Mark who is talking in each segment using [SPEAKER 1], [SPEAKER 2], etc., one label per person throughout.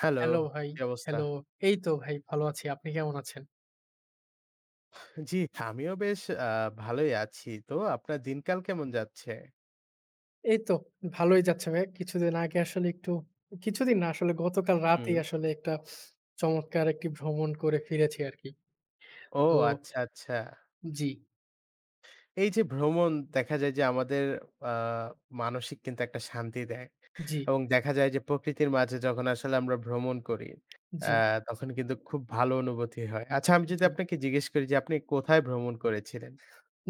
[SPEAKER 1] Hello,
[SPEAKER 2] hello ভাই,
[SPEAKER 1] কি অবস্থা?
[SPEAKER 2] হ্যালো। এই তো ভাই ভালো আছি। আপনি কেমন আছেন?
[SPEAKER 1] জি, আমিও বেশ ভালোই আছি। তো আপনার দিনকাল কেমন যাচ্ছে?
[SPEAKER 2] এই তো ভালোই যাচ্ছে ভাই। কিছুদিন আগে আসলে একটু কিছুদিন না আসলে গতকাল
[SPEAKER 1] হুম।
[SPEAKER 2] রাতেই আসলে একটা চমৎকার একটি ভ্রমণ করে ফিরেছি আরকি।
[SPEAKER 1] ও
[SPEAKER 2] তো
[SPEAKER 1] আচ্ছা, আচ্ছা।
[SPEAKER 2] জি,
[SPEAKER 1] এই যে ভ্রমণ দেখা যায় যে আমাদের আ মানসিক কিন্তু একটা শান্তি দেয়।
[SPEAKER 2] জি,
[SPEAKER 1] এবং দেখা যায় যে প্রকৃতির মাঝে যখন আসলে আমরা ভ্রমণ করি, আ
[SPEAKER 2] জি,
[SPEAKER 1] তখন কিন্তু খুব ভালো অনুভূতি হয়। আচ্ছা আমি যদি
[SPEAKER 2] জি,
[SPEAKER 1] আপনাকে জিজ্ঞেস করি যে আপনি কোথায় ভ্রমণ করেছিলেন?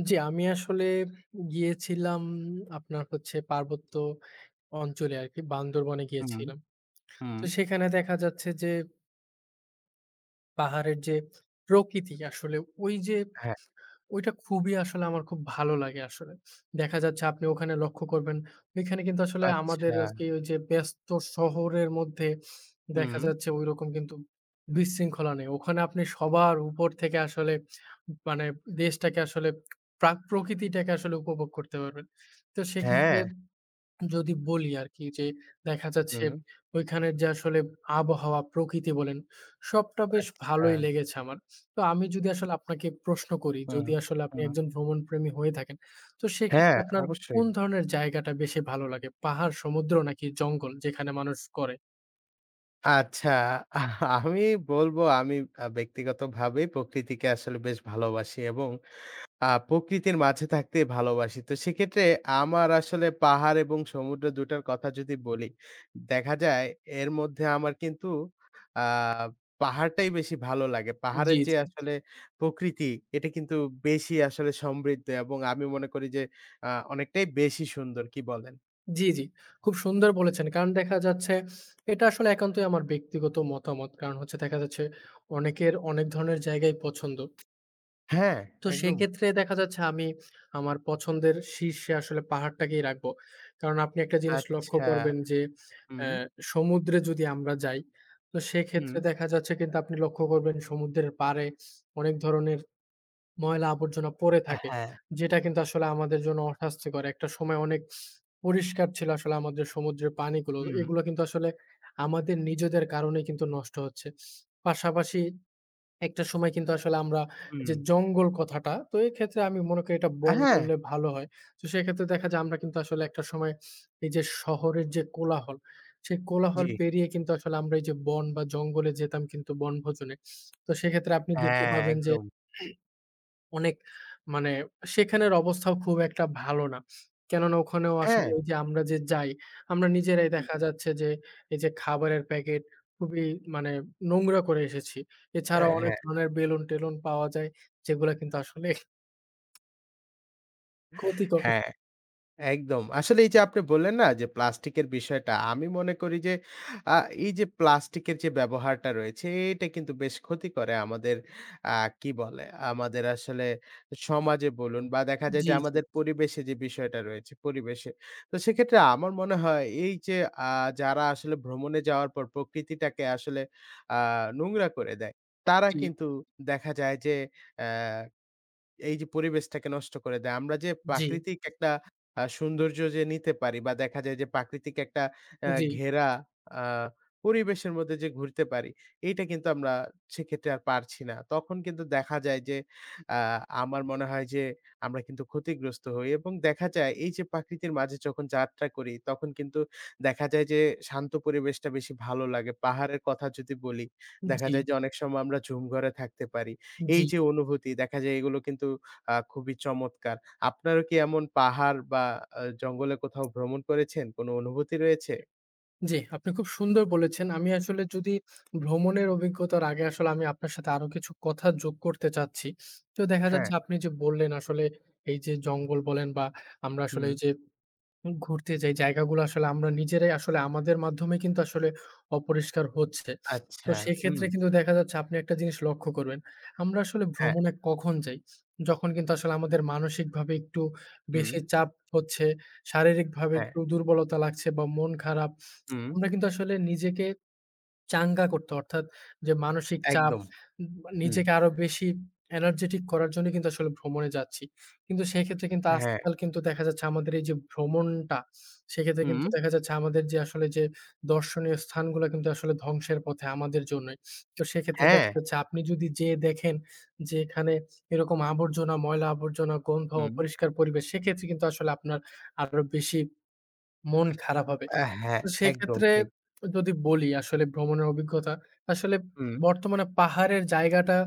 [SPEAKER 2] জি। আমি আসলে গিয়েছিলাম আপনার হচ্ছে পার্বত্য অঞ্চলে আরকি বান্দরবনে
[SPEAKER 1] হুম,
[SPEAKER 2] গিয়েছিলাম।
[SPEAKER 1] হুম।
[SPEAKER 2] তো সেখানে দেখা যাচ্ছে যে পাহাড়ের যে প্রকৃতি আসলে ওই যে
[SPEAKER 1] হ্যাঁ,
[SPEAKER 2] ওইটা খুবই আসলে আমার খুব ভালো লাগে আসলে। দেখা যাচ্ছে আপনি ওখানে লক্ষ্য করবেন, ওইখানে কিন্তু আসলে আমাদের
[SPEAKER 1] আচ্ছা।
[SPEAKER 2] আজকে ওই যে ব্যস্ত শহরের মধ্যে
[SPEAKER 1] হুম।
[SPEAKER 2] দেখা যাচ্ছে ঐরকম কিন্তু বিশৃঙ্খলা নেই। ওখানে আপনি সবার উপর থেকে আসলে মানে দেশটাকে আসলে প্রকৃতিটাকে আসলে উপভোগ করতে পারবেন। তো
[SPEAKER 1] হ্যাঁ,
[SPEAKER 2] সেক্ষেত্রে যদি বলি আরকি যে দেখা যাচ্ছে
[SPEAKER 1] হুম।
[SPEAKER 2] ওইখানের যে আসলে আবহাওয়া, প্রকৃতি বলেন সবটা বেশ
[SPEAKER 1] আচ্ছা।
[SPEAKER 2] ভালোই লেগেছে আমার। তো আমি যদি আসলে আপনাকে প্রশ্ন করি,
[SPEAKER 1] হুম,
[SPEAKER 2] যদি আসলে আপনি
[SPEAKER 1] হুম।
[SPEAKER 2] একজন ভ্রমণপ্রেমী হয়ে থাকেন, তো
[SPEAKER 1] হ্যাঁ,
[SPEAKER 2] সেক্ষেত্রে আপনার
[SPEAKER 1] অবশ্যই।
[SPEAKER 2] কোন ধরনের জায়গাটা বেশি ভালো লাগে? পাহাড়, সমুদ্র নাকি জঙ্গল যেখানে মানুষ করে?
[SPEAKER 1] আচ্ছা, আহ, আমি বলবো আমি ব্যক্তিগতভাবেই প্রকৃতিকে আসলে বেশ ভালোবাসি এবং প্রকৃতির মাঝে থাকতে ভালোবাসি। তো সেক্ষেত্রে আমার আসলে পাহাড় এবং সমুদ্র ২টার টার কথা যদি বলি, দেখা যায় এর মধ্যে আমার কিন্তু আ পাহাড়টাই বেশি ভালো লাগে।
[SPEAKER 2] জি,
[SPEAKER 1] পাহাড়ের যে
[SPEAKER 2] জি।
[SPEAKER 1] আসলে প্রকৃতি, এটা কিন্তু বেশি আসলে সমৃদ্ধ এবং আমি মনে করি যে অনেকটাই বেশি সুন্দর। কি বলেন?
[SPEAKER 2] জি, জি। খুব সুন্দর বলেছেন। কারণ দেখা যাচ্ছে এটা আসলে একান্তই আমার ব্যক্তিগত মতামত। কারণ হচ্ছে দেখা যাচ্ছে অনেকের অনেক ধরনের জায়গাই পছন্দ।
[SPEAKER 1] হ্যাঁ,
[SPEAKER 2] তো
[SPEAKER 1] একদম।
[SPEAKER 2] সেক্ষেত্রে দেখা যাচ্ছে আমি আমার পছন্দের শীর্ষে আসলে পাহাড়টাকেই রাখবো। কারণ আপনি একটা জিনিস লক্ষ্য
[SPEAKER 1] আচ্ছা।
[SPEAKER 2] করবেন যে অ্যা
[SPEAKER 1] হুম,
[SPEAKER 2] সমুদ্রে যদি আমরা যাই, তো
[SPEAKER 1] হুম।
[SPEAKER 2] সেক্ষেত্রে দেখা যাচ্ছে কিন্তু আপনি লক্ষ্য করবেন সমুদ্রের পাড়ে অনেক ধরনের ময়লা আবর্জনা পড়ে থাকে।
[SPEAKER 1] হ্যাঁ।
[SPEAKER 2] যেটা কিন্তু আসলে আমাদের জন্য অস্বাস্থ্যকর। একটা সময় অনেক পরিষ্কার ছিল আসলে আমাদের সমুদ্রের পানিগুলো।
[SPEAKER 1] হুম,
[SPEAKER 2] এগুলো কিন্তু আসলে আমাদের নিজেদের কারণেই কিন্তু নষ্ট হচ্ছে। পাশাপাশি একটা সময় কিন্তু আসলে আমরা যে
[SPEAKER 1] হুম।
[SPEAKER 2] জঙ্গল কথাটা, তো এক্ষেত্রে আমি মনে করি এটা বন
[SPEAKER 1] হ্যাঁ,
[SPEAKER 2] বললে ভালো হয়। তো সেক্ষেত্রে দেখা যায় আমরা কিন্তু আসলে একটা সময় এই যে শহরের যে কোলাহল, সেই
[SPEAKER 1] জি।
[SPEAKER 2] কোলাহল পেরিয়ে কিন্তু আসলে আমরা এই যে বন বা জঙ্গলে যেতাম কিন্তু বনভোজনে। তো সেক্ষেত্রে আপনি দেখতে
[SPEAKER 1] হ্যাঁ,
[SPEAKER 2] পাবেন যে
[SPEAKER 1] একদম।
[SPEAKER 2] অনেক মানে সেখানের অবস্থাও খুব একটা ভালো না। কেননা ওখানেও
[SPEAKER 1] হ্যাঁ,
[SPEAKER 2] আসলে ওই যে আমরা যে যাই, আমরা নিজেরাই
[SPEAKER 1] হুম।
[SPEAKER 2] দেখা যাচ্ছে যে এই যে খাবারের প্যাকেট খুবই মানে নোংরা করে এসেছি। এছাড়াও অনেক
[SPEAKER 1] হ্যাঁ,
[SPEAKER 2] ধরনের বেলুন-টেলুন পাওয়া যায় যেগুলা কিন্তু আসলে ক্ষতিকর।
[SPEAKER 1] হ্যাঁ। একদম। আসলে এই যে আপনি বললেন না যে প্লাস্টিকের বিষয়টা, আমি মনে করি যে আ এই যে প্লাস্টিকের যে ব্যবহারটা রয়েছে এটা কিন্তু বেশ ক্ষতি করে আমাদের আ কি বলে? আমাদের আসলে সমাজে বলুন বা দেখা যায় যে
[SPEAKER 2] জি, জি,
[SPEAKER 1] আমাদের পরিবেশে যে বিষয়টা রয়েছে পরিবেশে। তো সেক্ষেত্রে আমার মনে হয় এই যে আ যারা আসলে ভ্রমণে যাওয়ার পর প্রকৃতিটাকে আসলে আ নোংরা করে দেয়, তারা
[SPEAKER 2] জি,
[SPEAKER 1] কিন্তু দেখা যায় যে অ্যা এই যে পরিবেশটাকে নষ্ট করে দেয়। আমরা যে
[SPEAKER 2] জি,
[SPEAKER 1] প্রাকৃতিক একটা সৌন্দর্য যে নিতে পারি বা দেখা যায় যে প্রাকৃতিক একটা
[SPEAKER 2] জি,
[SPEAKER 1] ঘেরা আ পরিবেশের মধ্যে যে ঘুরতে পারি, এইটা কিন্তু আমরা সেক্ষেত্রে আর পারছি না। তখন কিন্তু দেখা যায় যে আ আমার মনে হয় যে আমরা কিন্তু ক্ষতিগ্রস্ত হই এবং দেখা যায় এই যে প্রাকৃতির মাঝে যখন যাত্রা করি, তখন কিন্তু দেখা যায় যে শান্ত পরিবেশটা বেশি ভালো লাগে। পাহাড়ের কথা যদি বলি, দেখা
[SPEAKER 2] জি,
[SPEAKER 1] যায় যে অনেক সময় আমরা ঝুমঘরে থাকতে পারি। এই
[SPEAKER 2] জি।
[SPEAKER 1] যে অনুভূতি দেখা যায় এগুলো কিন্তু খুবই চমৎকার। আপনারও কি এমন পাহাড় বা জঙ্গলে কোথাও ভ্রমণ করেছেন? কোনো অনুভূতি রয়েছে?
[SPEAKER 2] জি, আপনি খুব সুন্দর বলেছেন। আমি আসলে যদি ভ্রমণের অভিজ্ঞতার আগে আসলে আমি আপনার সাথে আরো কিছু কথা যোগ করতে চাচ্ছি। তো দেখা
[SPEAKER 1] হ্যাঁ,
[SPEAKER 2] যাচ্ছে আপনি যে বললেন আসলে এই যে জঙ্গল বলেন বা আমরা আসলে
[SPEAKER 1] হুম,
[SPEAKER 2] এই যে ঘুরতে যাই জায়গাগুলো আসলে আমরা নিজেরাই আসলে আমাদের মাধ্যমে কিন্তু আসলে অপরিষ্কার হচ্ছে। তো
[SPEAKER 1] আচ্ছা। হুম,
[SPEAKER 2] সেক্ষেত্রে কিন্তু দেখা যাচ্ছে আপনি একটা জিনিস লক্ষ্য করবেন। আমরা আসলে
[SPEAKER 1] হ্যাঁ,
[SPEAKER 2] ভ্রমণে কখন যাই? যখন কিন্তু আসলে আমাদের মানসিকভাবে একটু
[SPEAKER 1] হুম,
[SPEAKER 2] বেশি চাপ হচ্ছে, শারীরিকভাবে
[SPEAKER 1] হ্যাঁ।
[SPEAKER 2] একটু দুর্বলতা লাগছে বা মন খারাপ
[SPEAKER 1] হুম,
[SPEAKER 2] আমরা কিন্তু আসলে নিজেকে চাঙ্গা করতে অর্থাৎ যে মানসিক চাপ
[SPEAKER 1] একদম।
[SPEAKER 2] উম
[SPEAKER 1] হুম,
[SPEAKER 2] নিজেকে আরো বেশি এনার্জেটিক করার জন্য কিন্তু আসলে ভ্রমণে যাচ্ছি। কিন্তু সেক্ষেত্রে কিন্তু
[SPEAKER 1] হ্যাঁ,
[SPEAKER 2] আজকাল কিন্তু দেখা যাচ্ছে আমাদের এই যে ভ্রমণটা, সেক্ষেত্রে
[SPEAKER 1] হুম,
[SPEAKER 2] কিন্তু দেখা যাচ্ছে আমাদের যে আসলে যে দর্শনীয় স্থানগুলা কিন্তু আসলে ধ্বংসের পথে আমাদের জন্যই। তো সেক্ষেত্রে
[SPEAKER 1] হ্যাঁ।
[SPEAKER 2] দেখা যাচ্ছে আপনি যদি যেয়ে দেখেন যে এখানে এরকম আবর্জনা, ময়লা আবর্জনা, গন্ধ,
[SPEAKER 1] হুম।
[SPEAKER 2] অপরিষ্কার পরিবেশ সেক্ষেত্রে কিন্তু আসলে আপনার আরো বেশি মন খারাপ হবে।
[SPEAKER 1] হ্যাঁ,
[SPEAKER 2] তো
[SPEAKER 1] একদম
[SPEAKER 2] সেক্ষেত্রে
[SPEAKER 1] ঠিক।
[SPEAKER 2] যদি বলি আসলে ভ্রমণের অভিজ্ঞতা, আসলে
[SPEAKER 1] হুম,
[SPEAKER 2] বর্তমানে পাহাড়ের জায়গাটা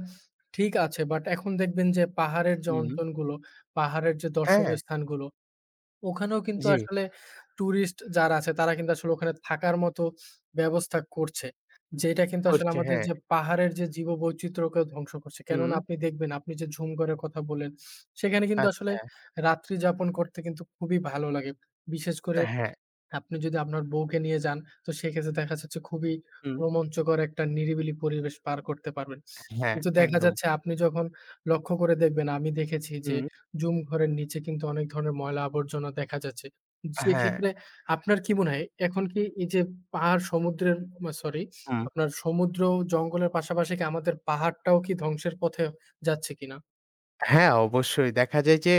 [SPEAKER 2] ঠিক আছে। বাট এখন দেখবেন যে পাহাড়ের যে
[SPEAKER 1] হুম।
[SPEAKER 2] অঞ্চলগুলো, পাহাড়ের যে
[SPEAKER 1] হ্যাঁ,
[SPEAKER 2] দর্শনীয় স্থানগুলো, ওখানেও কিন্তু
[SPEAKER 1] জি,
[SPEAKER 2] আসলে টুরিস্ট যারা আছে তারা কিন্তু আসলে ওখানে থাকার মতো ব্যবস্থা করছে। যেটা কিন্তু আসলে
[SPEAKER 1] করছে
[SPEAKER 2] আমাদের
[SPEAKER 1] হ্যাঁ।
[SPEAKER 2] যে পাহাড়ের যে জীববৈচিত্র্যকে ধ্বংস করছে।
[SPEAKER 1] হুম।
[SPEAKER 2] কেননা আপনি দেখবেন আপনি যে ঝুমঘরের কথা বললেন, সেখানে কিন্তু আসলে
[SPEAKER 1] আচ্ছা,
[SPEAKER 2] রাত্রি যাপন করতে কিন্তু খুবই ভালো লাগে। বিশেষ করে
[SPEAKER 1] হ্যাঁ,
[SPEAKER 2] আপনি যদি আপনার বউকে নিয়ে যান, তো সেক্ষেত্রে দেখা যাচ্ছে খুবই
[SPEAKER 1] হুম।
[SPEAKER 2] রোমাঞ্চকর একটা নিরিবিলি পরিবেশ পার করতে পারবেন।
[SPEAKER 1] হ্যাঁ,
[SPEAKER 2] কিন্তু দেখা
[SPEAKER 1] একদম।
[SPEAKER 2] যাচ্ছে আপনি যখন লক্ষ্য করে দেখবেন, আমি দেখেছি যে
[SPEAKER 1] হুম।
[SPEAKER 2] জুম ঘরের নিচে কিন্তু অনেক ধরনের ময়লা আবর্জনা দেখা যাচ্ছে।
[SPEAKER 1] হ্যাঁ।
[SPEAKER 2] সেক্ষেত্রে আপনার কি মনে হয় এখন কি এই যে পাহাড় সমুদ্রের মা সরি
[SPEAKER 1] হুম
[SPEAKER 2] আপনার সমুদ্র ও জঙ্গলের পাশাপাশি কি আমাদের পাহাড়টাও কি ধ্বংসের পথে যাচ্ছে কিনা?
[SPEAKER 1] হ্যাঁ, অবশ্যই। দেখা যায় যে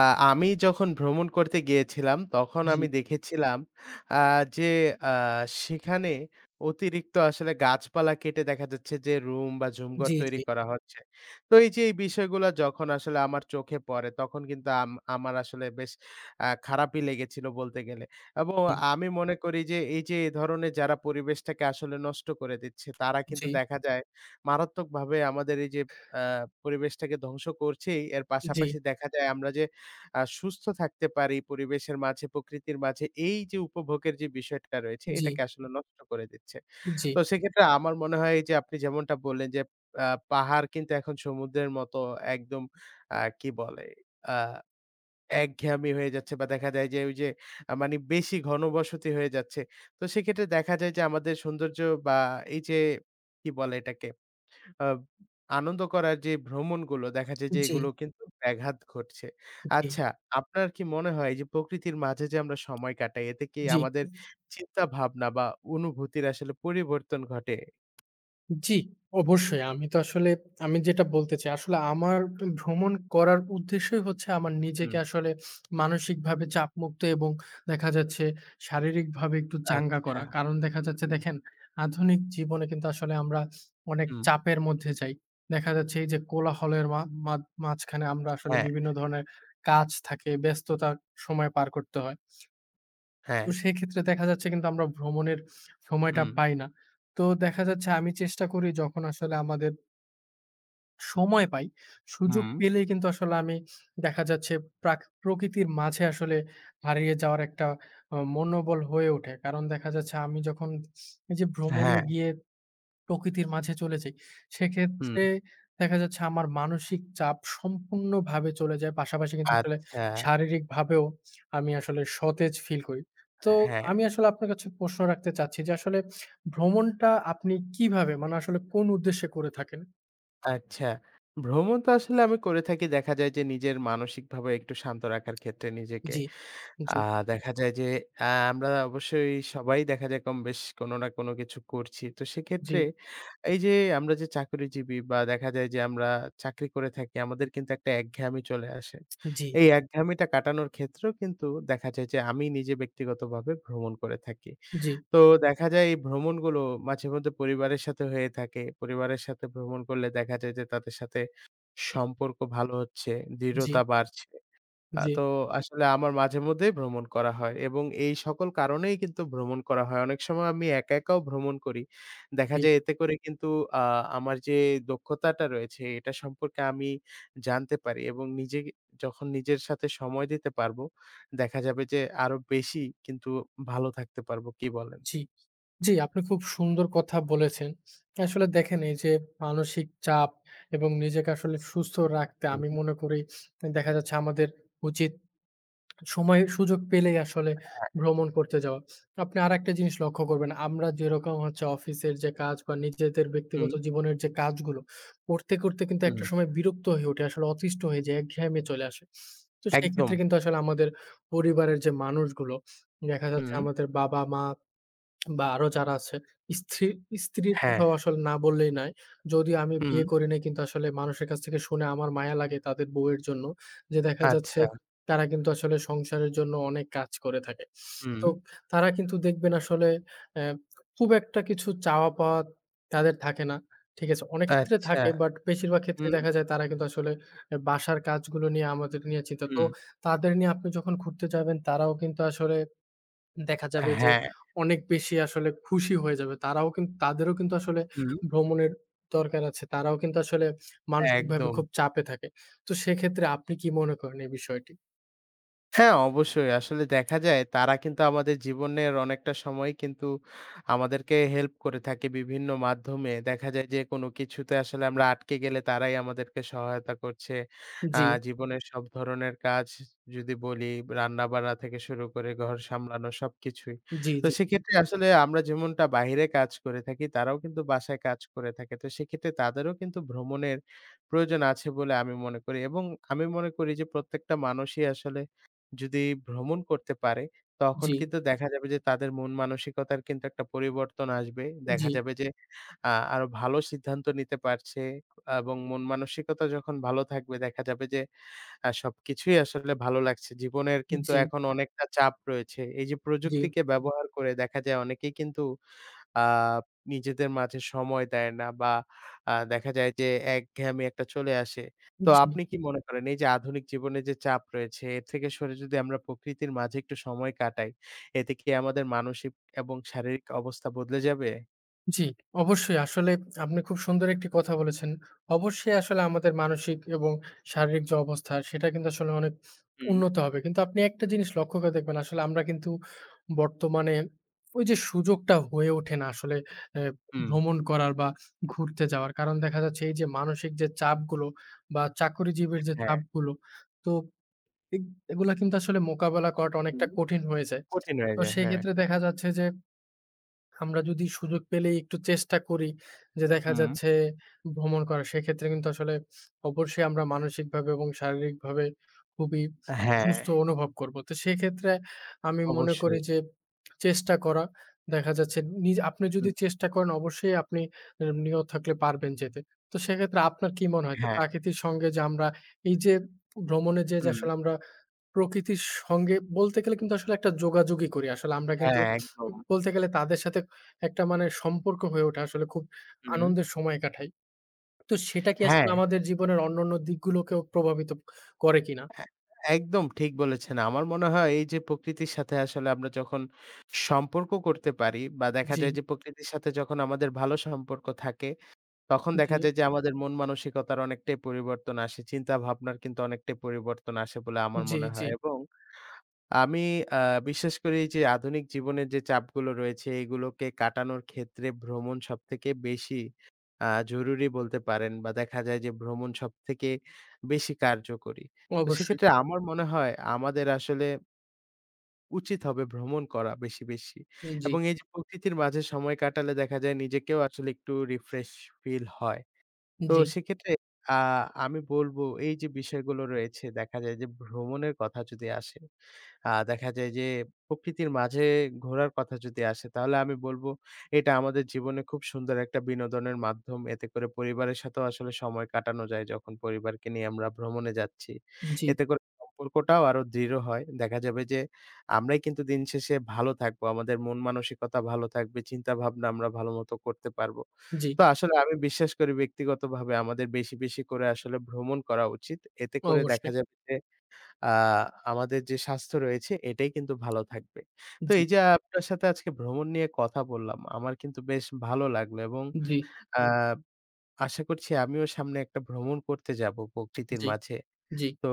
[SPEAKER 1] আ আমি যখন ভ্রমণ করতে গিয়েছিলাম তখন
[SPEAKER 2] জি,
[SPEAKER 1] আমি দেখেছিলাম আ যে আ সেখানে অতিরিক্ত আসলে গাছপালা কেটে দেখা যাচ্ছে যে রুম বা ঝুমঘর
[SPEAKER 2] জি,
[SPEAKER 1] তৈরি
[SPEAKER 2] জি,
[SPEAKER 1] করা হচ্ছে। তো এই যে এই বিষয়গুলা যখন আসলে আমার চোখে পড়ে তখন কিন্তু আমার আসলে বেশ খারাপই লেগেছিল বলতে গেলে। এবং
[SPEAKER 2] জি,
[SPEAKER 1] আমি মনে করি যে এই যে এ ধরনের যারা পরিবেশটাকে আসলে নষ্ট করে দিচ্ছে তারা কিন্তু
[SPEAKER 2] জি,
[SPEAKER 1] দেখা যায় মারাত্মকভাবে আমাদের এই যে আ পরিবেশটাকে ধ্বংস করছেই। এর
[SPEAKER 2] জি,
[SPEAKER 1] পাশাপাশি দেখা যায় আমরা যে সুস্থ থাকতে পারি পরিবেশের মাঝে, প্রকৃতির মাঝে এই যে উপভোগের যে বিষয়টা রয়েছে
[SPEAKER 2] জি,
[SPEAKER 1] এটাকে আসলে নষ্ট করে দিচ্ছে।
[SPEAKER 2] জি,
[SPEAKER 1] তো সেক্ষেত্রে আমার মনে হয় এই যে আপনি যেমনটা বললেন যে আ পাহাড় কিন্তু এখন সমুদ্রের মতো একদম কি বলে আ একঘেয়েমি হয়ে যাচ্ছে বা দেখা যায় যে ওই যে মানে বেশি ঘনবসতি হয়ে যাচ্ছে। তো সেক্ষেত্রে দেখা যায় যে আমাদের সৌন্দর্য বা এই যে কি বলে এটাকে আ আনন্দ করার যে ভ্রমণগুলো দেখা যায় যে
[SPEAKER 2] জি,
[SPEAKER 1] এগুলো কিন্তু ব্যাঘাত ঘটছে।
[SPEAKER 2] জি,
[SPEAKER 1] আচ্ছা, আপনার কি মনে হয় যে প্রকৃতির মাঝে যে আমরা সময় কাটাই এতে কি
[SPEAKER 2] জি।
[SPEAKER 1] আমাদের চিন্তা ভাবনা বা অনুভূতির আসলে পরিবর্তন ঘটে?
[SPEAKER 2] জি, অবশ্যই। আমি তো আসলে আমি যেটা বলতে চাই, আসলে আমার ভ্রমণ করার উদ্দেশ্যই হচ্ছে আমার নিজেকে
[SPEAKER 1] হুম।
[SPEAKER 2] আসলে মানসিকভাবে চাপমুক্ত এবং দেখা যাচ্ছে শারীরিকভাবে একটু চাঙ্গা
[SPEAKER 1] আচ্ছা।
[SPEAKER 2] করা। কারণ দেখা যাচ্ছে
[SPEAKER 1] হুম,
[SPEAKER 2] দেখেন, আধুনিক জীবনে কিন্তু আসলে আমরা অনেক
[SPEAKER 1] হুম।
[SPEAKER 2] চাপের মধ্যে যাই। দেখা যাচ্ছে এই যে কোলাহলের মা মাঝ মাঝখানে আমরা আসলে
[SPEAKER 1] হ্যাঁ,
[SPEAKER 2] বিভিন্ন ধরনের কাজ থাকে, ব্যস্ততার সময় পার করতে হয়।
[SPEAKER 1] হ্যাঁ।
[SPEAKER 2] তো সেক্ষেত্রে দেখা যাচ্ছে কিন্তু আমরা ভ্রমণের সময়টা
[SPEAKER 1] হুম,
[SPEAKER 2] পাই না। তো দেখা যাচ্ছে আমি চেষ্টা করি যখন আসলে আমাদের সময় পাই, সুযোগ
[SPEAKER 1] হুম।
[SPEAKER 2] পেলেই কিন্তু আসলে আমি দেখা যাচ্ছে প্রকৃতির মাঝে আসলে হারিয়ে যাওয়ার একটা মনোবল হয়ে ওঠে। কারণ দেখা যাচ্ছে আমি যখন এই যে ভ্রমণে
[SPEAKER 1] হ্যাঁ।
[SPEAKER 2] গিয়ে প্রকৃতির মাঝে চলে যাই।
[SPEAKER 1] হুম।
[SPEAKER 2] সেক্ষেত্রে দেখা যাচ্ছে আমার মানসিক চাপ সম্পূর্ণভাবে চলে যায়। পাশাপাশি কিন্তু আসলে
[SPEAKER 1] আচ্ছা,
[SPEAKER 2] শারীরিকভাবেও আমি আসলে সতেজ ফিল করি। তো
[SPEAKER 1] হ্যাঁ,
[SPEAKER 2] আমি আসলে আপনার কাছে প্রশ্ন রাখতে চাচ্ছি যে আসলে ভ্রমণটা আপনি কিভাবে মানে আসলে কোন উদ্দেশ্যে করে থাকেন?
[SPEAKER 1] আচ্ছা। ভ্রমণ তো আসলে আমি করে থাকি দেখা যায় যে নিজের মানসিকভাবে একটু শান্ত রাখার ক্ষেত্রে নিজেকে।
[SPEAKER 2] জি,
[SPEAKER 1] আ
[SPEAKER 2] জি,
[SPEAKER 1] দেখা যায় যে আ আমরা অবশ্যই সবাই দেখা যায় কমবেশ কোনো না কোনো কিছু করছি। তো
[SPEAKER 2] জি, জি,
[SPEAKER 1] সেক্ষেত্রে এই যে আমরা যে চাকরিজীবী বা দেখা যায় যে আমরা চাকরি করে থাকি আমাদের কিন্তু একটা একঘেয়ামি চলে আসে।
[SPEAKER 2] জি,
[SPEAKER 1] এই একঘেয়ামিটা কাটানোর ক্ষেত্রেও কিন্তু দেখা যায় যে আমি নিজে ব্যক্তিগতভাবে ভ্রমণ করে থাকি।
[SPEAKER 2] জি,
[SPEAKER 1] তো দেখা যায় এই ভ্রমণগুলো মাঝেমধ্যে পরিবারের সাথে হয়ে থাকে। পরিবারের সাথে ভ্রমণ করলে দেখা যায় যে তাদের সাথে সম্পর্ক ভালো হচ্ছে,
[SPEAKER 2] জি,
[SPEAKER 1] দৃঢ়তা বাড়ছে।
[SPEAKER 2] জি,
[SPEAKER 1] তো আসলে আমার মাঝে মধ্যেই ভ্রমণ করা হয় এবং এই সকল কারণেই কিন্তু ভ্রমণ করা হয়। অনেক সময় আমি একা, একাও ভ্রমণ করি। দেখা যায় এতে করে কিন্তু আ আমার যে দক্ষতাটা রয়েছে এটা সম্পর্কে আমি জানতে পারি এবং নিজে যখন নিজের সাথে সময় দিতে পারবো, দেখা যাবে যে আরো বেশি কিন্তু ভালো থাকতে পারবো। কি বলেন?
[SPEAKER 2] জি। জি, আপনি খুব সুন্দর কথা বলেছেন। আসলে দেখেন এই যে মানসিক চাপ এবং নিজেকে আসলে সুস্থ রাখতে
[SPEAKER 1] হুম,
[SPEAKER 2] আমি মনে করি দেখা যাচ্ছে আমাদের উচিত সময় সুযোগ পেলেই আসলে
[SPEAKER 1] হ্যাঁ।
[SPEAKER 2] ভ্রমণ করতে যাওয়া। আপনি আরেকটা জিনিস লক্ষ্য করবেন, আমরা যেরকম হচ্ছে অফিসের যে কাজ বা নিজেদের
[SPEAKER 1] হুম,
[SPEAKER 2] ব্যক্তিগত জীবনের যে কাজগুলো করতে, করতে কিন্তু একটা
[SPEAKER 1] হুম,
[SPEAKER 2] সময় বিরক্ত হয়ে উঠি, আসলে অতিষ্ঠ হয়ে যাই, একঘেয়েমি চলে আসে। তো
[SPEAKER 1] একদম।
[SPEAKER 2] সেক্ষেত্রে কিন্তু আসলে আমাদের পরিবারের যে মানুষগুলো দেখা যাচ্ছে
[SPEAKER 1] হুম,
[SPEAKER 2] আমাদের বাবা-মা বা আরো যারা আছে, স্ত্রী স্ত্রীর
[SPEAKER 1] হ্যাঁ,
[SPEAKER 2] কোথাও আসলে না বললেই নাই। যদিও আমি
[SPEAKER 1] হুম,
[SPEAKER 2] বিয়ে করি নাই কিন্তু আসলে মানুষের কাছ থেকে শুনে আমার মায়া লাগে তাদের বউয়ের জন্য। যে দেখা যাচ্ছে
[SPEAKER 1] আচ্ছা,
[SPEAKER 2] তারা কিন্তু আসলে সংসারের জন্য অনেক কাজ করে থাকে।
[SPEAKER 1] হুম,
[SPEAKER 2] তো তারা কিন্তু দেখবেন আসলে অ্যা খুব একটা কিছু চাওয়া পাওয়া তাদের থাকে না। ঠিক আছে? অনেক ক্ষেত্রে
[SPEAKER 1] আচ্ছা,
[SPEAKER 2] থাকে বাট বেশিরভাগ ক্ষেত্রে
[SPEAKER 1] হুম,
[SPEAKER 2] দেখা যায় তারা কিন্তু আসলে বাসার কাজগুলো নিয়ে আমাদের নিয়ে চিন্তিত। তো
[SPEAKER 1] হুম,
[SPEAKER 2] তাদের নিয়ে আপনি যখন ঘুরতে যাবেন তারাও কিন্তু আসলে দেখা যাবে যে
[SPEAKER 1] হ্যাঁ,
[SPEAKER 2] অনেক বেশি আসলে খুশি হয়ে যাবে। তারাও কিন তাদেরও কিন্তু আসলে
[SPEAKER 1] হুম।
[SPEAKER 2] ভ্রমণের দরকার আছে। তারাও কিন্তু আসলে মানসিকভাবে
[SPEAKER 1] একদম।
[SPEAKER 2] খুব চাপে থাকে। তো সেক্ষেত্রে আপনি কি মনে করেন এই বিষয়টি?
[SPEAKER 1] হ্যাঁ, অবশ্যই। আসলে দেখা যায় তারা কিন্তু আমাদের জীবনের অনেকটা সময় কিন্তু আমাদেরকে হেল্প করে থাকে বিভিন্ন মাধ্যমে। দেখা যায় যে কোনো কিছুতে আসলে আমরা আটকে গেলে তারাই আমাদেরকে সহায়তা করছে। আ
[SPEAKER 2] জি,
[SPEAKER 1] জীবনের সব ধরনের কাজ যদি বলি রান্না-বান্না থেকে শুরু করে ঘর সামলানো সবকিছুই।
[SPEAKER 2] জি,
[SPEAKER 1] তো
[SPEAKER 2] জি,
[SPEAKER 1] সেক্ষেত্রে আসলে আমরা যেমনটা বাহিরে কাজ করে থাকি তারাও কিন্তু বাসায় কাজ করে থাকে। তো সেক্ষেত্রে তাদেরও কিন্তু ভ্রমণের প্রয়োজন আছে বলে আমি মনে করি এবং আমি মনে করি যে প্রত্যেকটা মানুষই আসলে যদি ভ্রমণ করতে পারে, তখন
[SPEAKER 2] জি,
[SPEAKER 1] কিন্তু হুম। দেখা যাবে যে তাদের মন মানসিকতার কিন্তু একটা পরিবর্তন আসবে। দেখা
[SPEAKER 2] জি,
[SPEAKER 1] যাবে যে আরো ভালো সিদ্ধান্ত নিতে পারছে এবং মন মানসিকতা যখন ভালো থাকবে দেখা যাবে যে সবকিছুই আসলে ভালো লাগছে। জীবনের কিন্তু
[SPEAKER 2] জি,
[SPEAKER 1] এখন অনেকটা চাপ রয়েছে। এই যে
[SPEAKER 2] জি,
[SPEAKER 1] প্রযুক্তিকে ব্যবহার করে দেখা যায় অনেকেই কিন্তু আ নিজেদের মাঝে সময় দেয় না বা দেখা যায় যে একঘেয়েমি একটা চলে আসে। তো
[SPEAKER 2] জি।
[SPEAKER 1] আপনি কি মনে করেন এই যে আধুনিক জীবনে যে চাপ রয়েছে এর থেকে সরে যদি আমরা প্রকৃতির মাঝে একটু সময় কাটাই, এতে কি আমাদের মানসিক এবং শারীরিক অবস্থা বদলে যাবে?
[SPEAKER 2] জি, অবশ্যই। আসলে আপনি খুব সুন্দর একটি কথা বলেছেন। অবশ্যই আসলে আমাদের মানসিক এবং শারীরিক যে অবস্থা, সেটা কিন্তু আসলে অনেক
[SPEAKER 1] হুম।
[SPEAKER 2] উন্নত হবে। কিন্তু আপনি একটা জিনিস লক্ষ্য করে দেখবেন, আসলে আমরা কিন্তু বর্তমানে ওই যে সুযোগটা হয়ে ওঠে না আসলে এ
[SPEAKER 1] হুম,
[SPEAKER 2] ভ্রমণ করার বা ঘুরতে যাওয়ার। কারণ দেখা যাচ্ছে এই যে মানসিক যে চাপগুলো বা চাকরিজীবীর যে
[SPEAKER 1] হ্যাঁ।
[SPEAKER 2] চাপগুলো, তো এগ এগুলা কিন্তু আসলে মোকাবেলা করাটা
[SPEAKER 1] হুম।
[SPEAKER 2] অনেকটা কঠিন হয়ে যায়।
[SPEAKER 1] কঠিন হয়ে
[SPEAKER 2] তো
[SPEAKER 1] যায়, হ্যাঁ।
[SPEAKER 2] সেক্ষেত্রে দেখা যাচ্ছে যে আমরা যদি সুযোগ পেলেই একটু চেষ্টা করি যে দেখা
[SPEAKER 1] হুম।
[SPEAKER 2] যাচ্ছে ভ্রমণ করা, সেক্ষেত্রে কিন্তু আসলে অবশ্যই আমরা মানসিকভাবে এবং শারীরিকভাবে খুবই
[SPEAKER 1] হ্যাঁ,
[SPEAKER 2] সুস্থ অনুভব করবো। তো সেক্ষেত্রে আমি মনে
[SPEAKER 1] অবশ্যই।
[SPEAKER 2] করি যে চেষ্টা করা, দেখা যাচ্ছে আপনি যদি
[SPEAKER 1] হুম।
[SPEAKER 2] চেষ্টা করেন অবশ্যই আপনি নিয়ত থাকলে পারবেন যেতে। তো সেক্ষেত্রে আপনার কি মনে হয় যে
[SPEAKER 1] হ্যাঁ,
[SPEAKER 2] প্রাকৃতির সঙ্গে যে আমরা এই যে ভ্রমণে যেয়ে যে
[SPEAKER 1] হুম,
[SPEAKER 2] আসলে আমরা প্রকৃতির সঙ্গে বলতে গেলে কিন্তু আসলে একটা যোগাযোগই করি। আসলে আমরা কিন্তু
[SPEAKER 1] হ্যাঁ, একদম।
[SPEAKER 2] বলতে গেলে তাদের সাথে একটা মানে সম্পর্ক হয়ে ওঠে আসলে খুব
[SPEAKER 1] হুম,
[SPEAKER 2] আনন্দের সময় কাটাই। তো সেটা কি
[SPEAKER 1] হ্যাঁ।
[SPEAKER 2] আসলে আমাদের জীবনের অন্যান্য দিকগুলোকেও প্রভাবিত করে কিনা?
[SPEAKER 1] হ্যাঁ, একদম ঠিক বলেছেন। আমার মনে হয় এই যে প্রকৃতির সাথে আসলে আমরা যখন সম্পর্ক করতে পারি বা দেখা
[SPEAKER 2] জি,
[SPEAKER 1] যায় যে প্রকৃতির সাথে যখন আমাদের ভালো সম্পর্ক থাকে, তখন
[SPEAKER 2] জি,
[SPEAKER 1] দেখা যায় যে আমাদের মন মানসিকতার অনেকটাই পরিবর্তন আসে। চিন্তা ভাবনার কিন্তু অনেকটাই পরিবর্তন আসে বলে আমার
[SPEAKER 2] জি,
[SPEAKER 1] মনে
[SPEAKER 2] জি,
[SPEAKER 1] হয় এবং আমি আ বিশ্বাস করি যে আধুনিক জীবনের যে চাপগুলো রয়েছে এগুলোকে কাটানোর ক্ষেত্রে ভ্রমণ সবথেকে বেশি জরুরি বলতে পারেন বা দেখা যায় যে ভ্রমণ সবথেকে বেশি কার্যকরী। তো
[SPEAKER 2] অবশ্যই।
[SPEAKER 1] সেক্ষেত্রে আমার মনে হয় আমাদের আসলে উচিত হবে ভ্রমণ করা বেশি, বেশি।
[SPEAKER 2] জি,
[SPEAKER 1] এবং এই যে প্রকৃতির মাঝে সময় কাটালে দেখা যায় নিজেকেও আসলে একটু রিফ্রেশ ফিল হয়। তো
[SPEAKER 2] জি,
[SPEAKER 1] সেক্ষেত্রে আ আমি বলব এই যে বিষয়গুলো রয়েছে দেখা যায় যে ভ্রমণের কথা যদি আসে দেখা যায় যে প্রকৃতির মাঝে ঘোরার কথা যদি আসে তাহলে আমি বলবো এটা আমাদের জীবনে খুব সুন্দর একটা বিনোদনের মাধ্যম। এতে করে পরিবারের সাথেও আসলে সময় কাটানো যায় যখন পরিবারকে নিয়ে আমরা ভ্রমণে যাচ্ছি।
[SPEAKER 2] জি,
[SPEAKER 1] এতে করে সম্পর্কটাও আরো দৃঢ় হয়। দেখা যাবে যে আমরাই কিন্তু দিন শেষে ভালো থাকবো। আমাদের মন মানসিকতা ভালো থাকবে, চিন্তাভাবনা আমরা ভালোমতো করতে পারবো।
[SPEAKER 2] জি,
[SPEAKER 1] তো আসলে আমি বিশ্বাস করি ব্যক্তিগতভাবে আমাদের বেশি, বেশি করে আসলে ভ্রমণ করা উচিত। এতে করে দেখা
[SPEAKER 2] অবশ্যই।
[SPEAKER 1] যাবে যে আ আমাদের যে স্বাস্থ্য রয়েছে এটাই কিন্তু ভালো থাকবে। তো
[SPEAKER 2] জি,
[SPEAKER 1] এই যে আপনার সাথে আজকে ভ্রমণ নিয়ে কথা বললাম, আমার কিন্তু বেশ ভালো লাগলো এবং
[SPEAKER 2] জি,
[SPEAKER 1] আ আশা করছি আমিও সামনে একটা ভ্রমণ করতে যাবো প্রকৃতির
[SPEAKER 2] জি,
[SPEAKER 1] মাঝে।
[SPEAKER 2] জি।
[SPEAKER 1] তো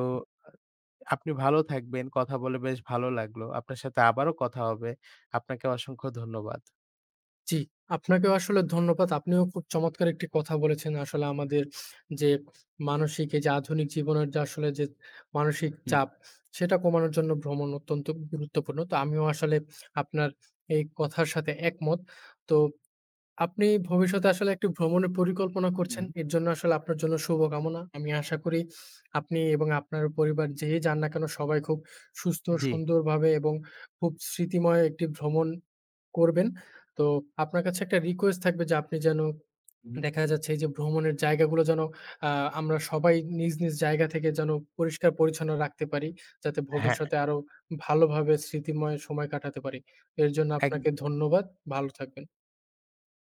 [SPEAKER 1] আপনি ভালো থাকবেন। কথা বলে বেশ ভালো লাগলো। আপনার সাথে আবারও কথা হবে। আপনাকে অসংখ্য ধন্যবাদ।
[SPEAKER 2] জি, আপনাকেও আসলে ধন্যবাদ। আপনিও খুব চমৎকার একটি কথা বলেছেন। আসলে আমাদের যে মানসিক এই যে আধুনিক জীবনের যে আসলে যে মানসিক
[SPEAKER 1] হুম,
[SPEAKER 2] চাপ, সেটা কমানোর জন্য ভ্রমণ অত্যন্ত গুরুত্বপূর্ণ। তো আমিও আসলে আপনার এই কথার সাথে একমত। তো আপনি ভবিষ্যতে আসলে একটি ভ্রমণের পরিকল্পনা করছেন।
[SPEAKER 1] হুম।
[SPEAKER 2] এর জন্য আসলে আপনার জন্য শুভকামনা। আমি আশা করি আপনি এবং আপনার পরিবার যেই যান না কেন সবাই খুব সুস্থ,
[SPEAKER 1] জি।
[SPEAKER 2] সুন্দরভাবে এবং খুব স্মৃতিময় একটি ভ্রমণ করবেন। তো আপনার কাছে একটা রিকোয়েস্ট থাকবে যে আপনি যেন
[SPEAKER 1] হুম।
[SPEAKER 2] দেখা যাচ্ছে এই যে ভ্রমণের জায়গাগুলো যেন আ আমরা সবাই নিজ, নিজ জায়গা থেকে যেন পরিষ্কার পরিচ্ছন্ন রাখতে পারি। যাতে
[SPEAKER 1] হ্যাঁ,
[SPEAKER 2] ভবিষ্যতে আরো ভালোভাবে স্মৃতিময় সময় কাটাতে পারি। এর জন্য আপনাকে
[SPEAKER 1] এক
[SPEAKER 2] ধন্যবাদ। ভালো থাকবেন।